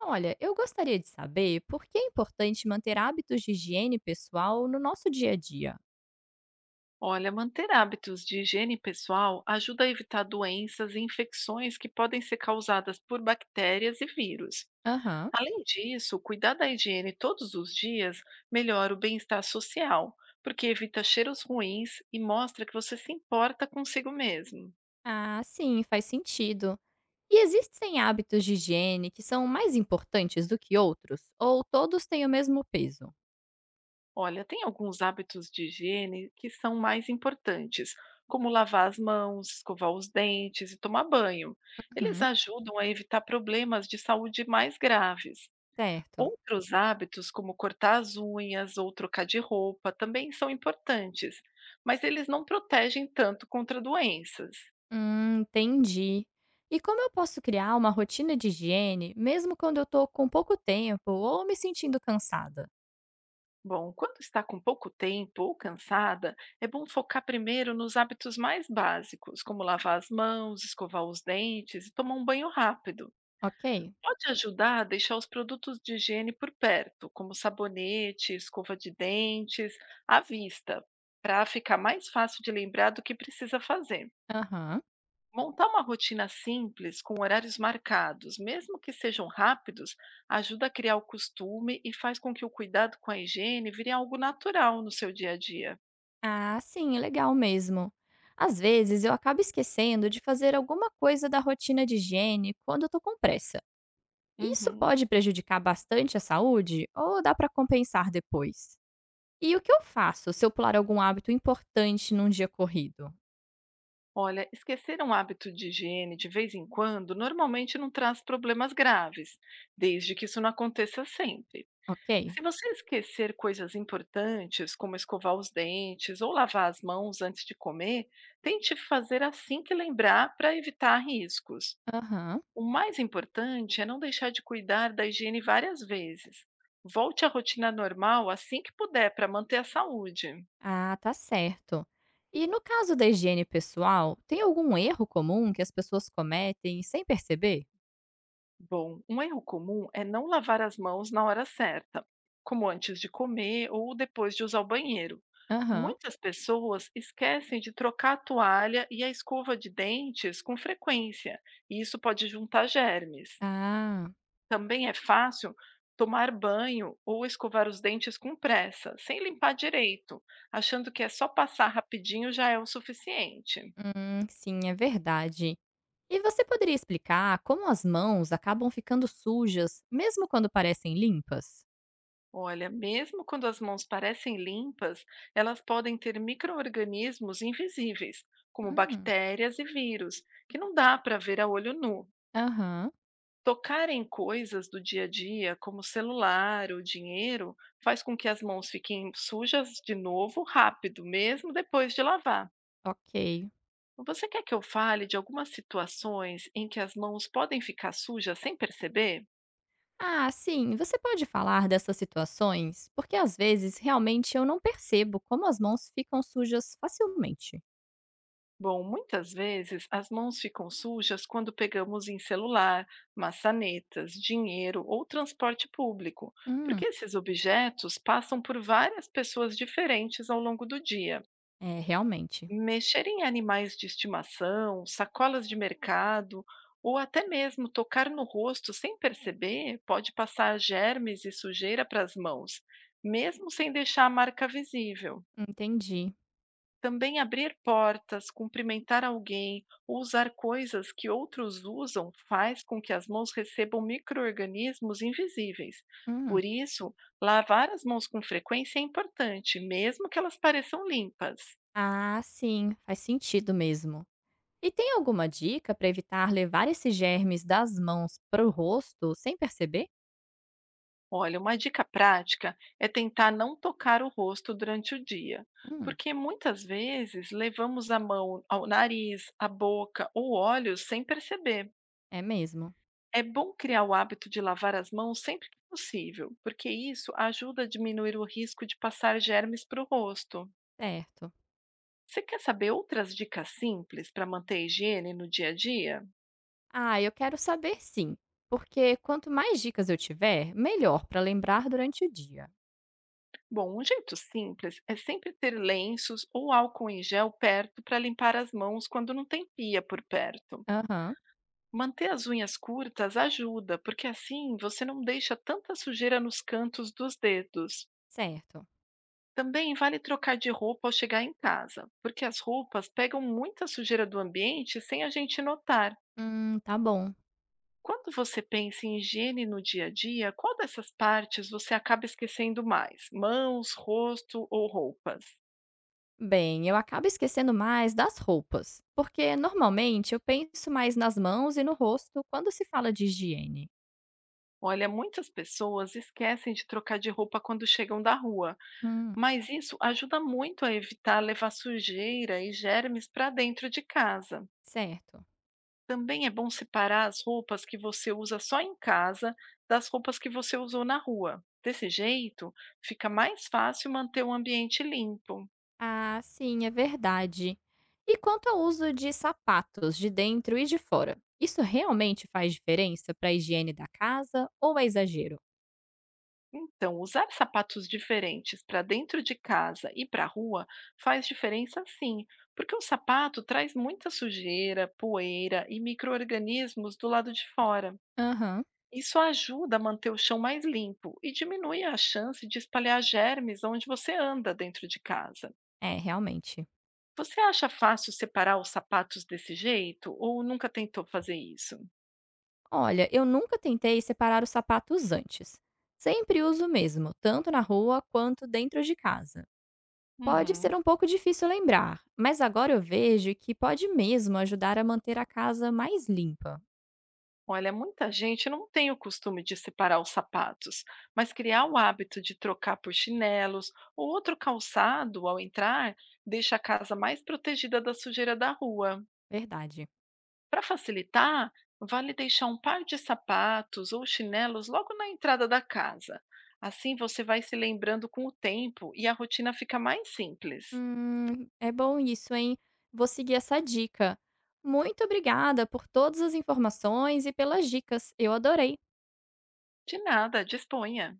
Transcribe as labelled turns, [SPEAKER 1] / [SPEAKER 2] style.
[SPEAKER 1] Olha, eu gostaria de saber por que é importante manter hábitos de higiene pessoal no nosso dia a dia.
[SPEAKER 2] Olha, manter hábitos de higiene pessoal ajuda a evitar doenças e infecções que podem ser causadas por bactérias e vírus.
[SPEAKER 1] Aham.
[SPEAKER 2] Além disso, cuidar da higiene todos os dias melhora o bem-estar social, porque evita cheiros ruins e mostra que você se importa consigo mesmo.
[SPEAKER 1] Ah, sim, faz sentido. E existem hábitos de higiene que são mais importantes do que outros? Ou todos têm o mesmo peso?
[SPEAKER 2] Olha, tem alguns hábitos de higiene que são mais importantes, como lavar as mãos, escovar os dentes e tomar banho. Eles
[SPEAKER 1] Uhum.
[SPEAKER 2] ajudam a evitar problemas de saúde mais graves.
[SPEAKER 1] Certo.
[SPEAKER 2] Outros hábitos, como cortar as unhas ou trocar de roupa, também são importantes, mas eles não protegem tanto contra doenças.
[SPEAKER 1] Entendi. E como eu posso criar uma rotina de higiene mesmo quando eu tô com pouco tempo ou me sentindo cansada?
[SPEAKER 2] Bom, quando está com pouco tempo ou cansada, é bom focar primeiro nos hábitos mais básicos, como lavar as mãos, escovar os dentes e tomar um banho rápido.
[SPEAKER 1] Ok.
[SPEAKER 2] Pode ajudar a deixar os produtos de higiene por perto, como sabonete, escova de dentes, à vista, para ficar mais fácil de lembrar do que precisa fazer.
[SPEAKER 1] Aham.
[SPEAKER 2] Montar uma rotina simples, com horários marcados, mesmo que sejam rápidos, ajuda a criar o costume e faz com que o cuidado com a higiene vire algo natural no seu dia a dia.
[SPEAKER 1] Ah, sim, é legal mesmo. Às vezes eu acabo esquecendo de fazer alguma coisa da rotina de higiene quando eu tô com pressa. Isso
[SPEAKER 2] Uhum.
[SPEAKER 1] pode prejudicar bastante a saúde ou dá pra compensar depois? E o que eu faço se eu pular algum hábito importante num dia corrido?
[SPEAKER 2] Olha, esquecer um hábito de higiene de vez em quando normalmente não traz problemas graves, desde que isso não aconteça sempre.
[SPEAKER 1] Ok?
[SPEAKER 2] Se você esquecer coisas importantes, como escovar os dentes ou lavar as mãos antes de comer, tente fazer assim que lembrar para evitar riscos.
[SPEAKER 1] Aham.
[SPEAKER 2] O mais importante é não deixar de cuidar da higiene várias vezes. Volte à rotina normal assim que puder para manter a saúde.
[SPEAKER 1] Ah, tá certo. E no caso da higiene pessoal, tem algum erro comum que as pessoas cometem sem perceber?
[SPEAKER 2] Bom, um erro comum é não lavar as mãos na hora certa, como antes de comer ou depois de usar o banheiro.
[SPEAKER 1] Aham.
[SPEAKER 2] Muitas pessoas esquecem de trocar a toalha e a escova de dentes com frequência, e isso pode juntar germes.
[SPEAKER 1] Ah,
[SPEAKER 2] Também é fácil tomar banho ou escovar os dentes com pressa, sem limpar direito, achando que é só passar rapidinho já é o suficiente.
[SPEAKER 1] sim, é verdade. E você poderia explicar como as mãos acabam ficando sujas, mesmo quando parecem limpas?
[SPEAKER 2] Olha, mesmo quando as mãos parecem limpas, elas podem ter micro-organismos invisíveis, como
[SPEAKER 1] Hum,
[SPEAKER 2] bactérias e vírus, que não dá para ver a olho nu.
[SPEAKER 1] aham,
[SPEAKER 2] Tocar em coisas do dia a dia, como celular ou dinheiro, faz com que as mãos fiquem sujas de novo rápido, mesmo depois de lavar.
[SPEAKER 1] ok.
[SPEAKER 2] Você quer que eu fale de algumas situações em que as mãos podem ficar sujas sem perceber?
[SPEAKER 1] Ah, sim, você pode falar dessas situações? Porque às vezes realmente eu não percebo como as mãos ficam sujas facilmente.
[SPEAKER 2] Bom, muitas vezes as mãos ficam sujas quando pegamos em celular, maçanetas, dinheiro ou transporte público, porque
[SPEAKER 1] Hum,
[SPEAKER 2] esses objetos passam por várias pessoas diferentes ao longo do dia.
[SPEAKER 1] é, realmente.
[SPEAKER 2] Mexer em animais de estimação, sacolas de mercado ou até mesmo tocar no rosto sem perceber pode passar germes e sujeira para as mãos, mesmo sem deixar a marca visível.
[SPEAKER 1] Entendi.
[SPEAKER 2] Também abrir portas, cumprimentar alguém ou usar coisas que outros usam faz com que as mãos recebam micro-organismos invisíveis.
[SPEAKER 1] Hum.
[SPEAKER 2] Por isso, lavar as mãos com frequência é importante, mesmo que elas pareçam limpas.
[SPEAKER 1] Ah, sim, faz sentido mesmo. E tem alguma dica para evitar levar esses germes das mãos para o rosto sem perceber?
[SPEAKER 2] Olha, uma dica prática é tentar não tocar o rosto durante o dia,
[SPEAKER 1] Hum,
[SPEAKER 2] porque muitas vezes levamos a mão ao nariz, à boca ou olhos sem perceber.
[SPEAKER 1] é mesmo.
[SPEAKER 2] É bom criar o hábito de lavar as mãos sempre que possível, porque isso ajuda a diminuir o risco de passar germes para o rosto.
[SPEAKER 1] Certo.
[SPEAKER 2] Você quer saber outras dicas simples para manter a higiene no dia a dia?
[SPEAKER 1] Ah, eu quero saber sim, porque quanto mais dicas eu tiver, melhor para lembrar durante o dia.
[SPEAKER 2] Bom, um jeito simples é sempre ter lenços ou álcool em gel perto para limpar as mãos quando não tem pia por perto.
[SPEAKER 1] Aham,
[SPEAKER 2] Manter as unhas curtas ajuda, porque assim você não deixa tanta sujeira nos cantos dos dedos.
[SPEAKER 1] certo.
[SPEAKER 2] Também vale trocar de roupa ao chegar em casa, porque as roupas pegam muita sujeira do ambiente sem a gente notar.
[SPEAKER 1] Tá bom.
[SPEAKER 2] Quando você pensa em higiene no dia a dia, qual dessas partes você acaba esquecendo mais? Mãos, rosto ou roupas?
[SPEAKER 1] Bem, eu acabo esquecendo mais das roupas, porque normalmente eu penso mais nas mãos e no rosto quando se fala de higiene.
[SPEAKER 2] Olha, muitas pessoas esquecem de trocar de roupa quando chegam da rua,
[SPEAKER 1] Hum,
[SPEAKER 2] mas isso ajuda muito a evitar levar sujeira e germes para dentro de casa.
[SPEAKER 1] certo.
[SPEAKER 2] Também é bom separar as roupas que você usa só em casa das roupas que você usou na rua. Desse jeito, fica mais fácil manter o ambiente limpo.
[SPEAKER 1] Ah, sim, é verdade. E quanto ao uso de sapatos de dentro e de fora? Isso realmente faz diferença para a higiene da casa ou é exagero?
[SPEAKER 2] Então, usar sapatos diferentes para dentro de casa e para a rua faz diferença sim, porque o sapato traz muita sujeira, poeira e micro-organismos do lado de fora.
[SPEAKER 1] Aham,
[SPEAKER 2] Isso ajuda a manter o chão mais limpo e diminui a chance de espalhar germes onde você anda dentro de casa.
[SPEAKER 1] é, realmente.
[SPEAKER 2] Você acha fácil separar os sapatos desse jeito ou nunca tentou fazer isso?
[SPEAKER 1] Olha, eu nunca tentei separar os sapatos antes. Sempre uso o mesmo, tanto na rua quanto dentro de casa. Pode ser
[SPEAKER 2] Uhum.
[SPEAKER 1] um pouco difícil lembrar, mas agora eu vejo que pode mesmo ajudar a manter a casa mais limpa.
[SPEAKER 2] Olha, muita gente não tem o costume de separar os sapatos, mas criar o hábito de trocar por chinelos ou outro calçado ao entrar deixa a casa mais protegida da sujeira da rua.
[SPEAKER 1] Verdade.
[SPEAKER 2] Para facilitar, vale deixar um par de sapatos ou chinelos logo na entrada da casa. Assim você vai se lembrando com o tempo e a rotina fica mais simples.
[SPEAKER 1] É bom isso, hein? Vou seguir essa dica. Muito obrigada por todas as informações e pelas dicas. Eu adorei.
[SPEAKER 2] De nada, disponha.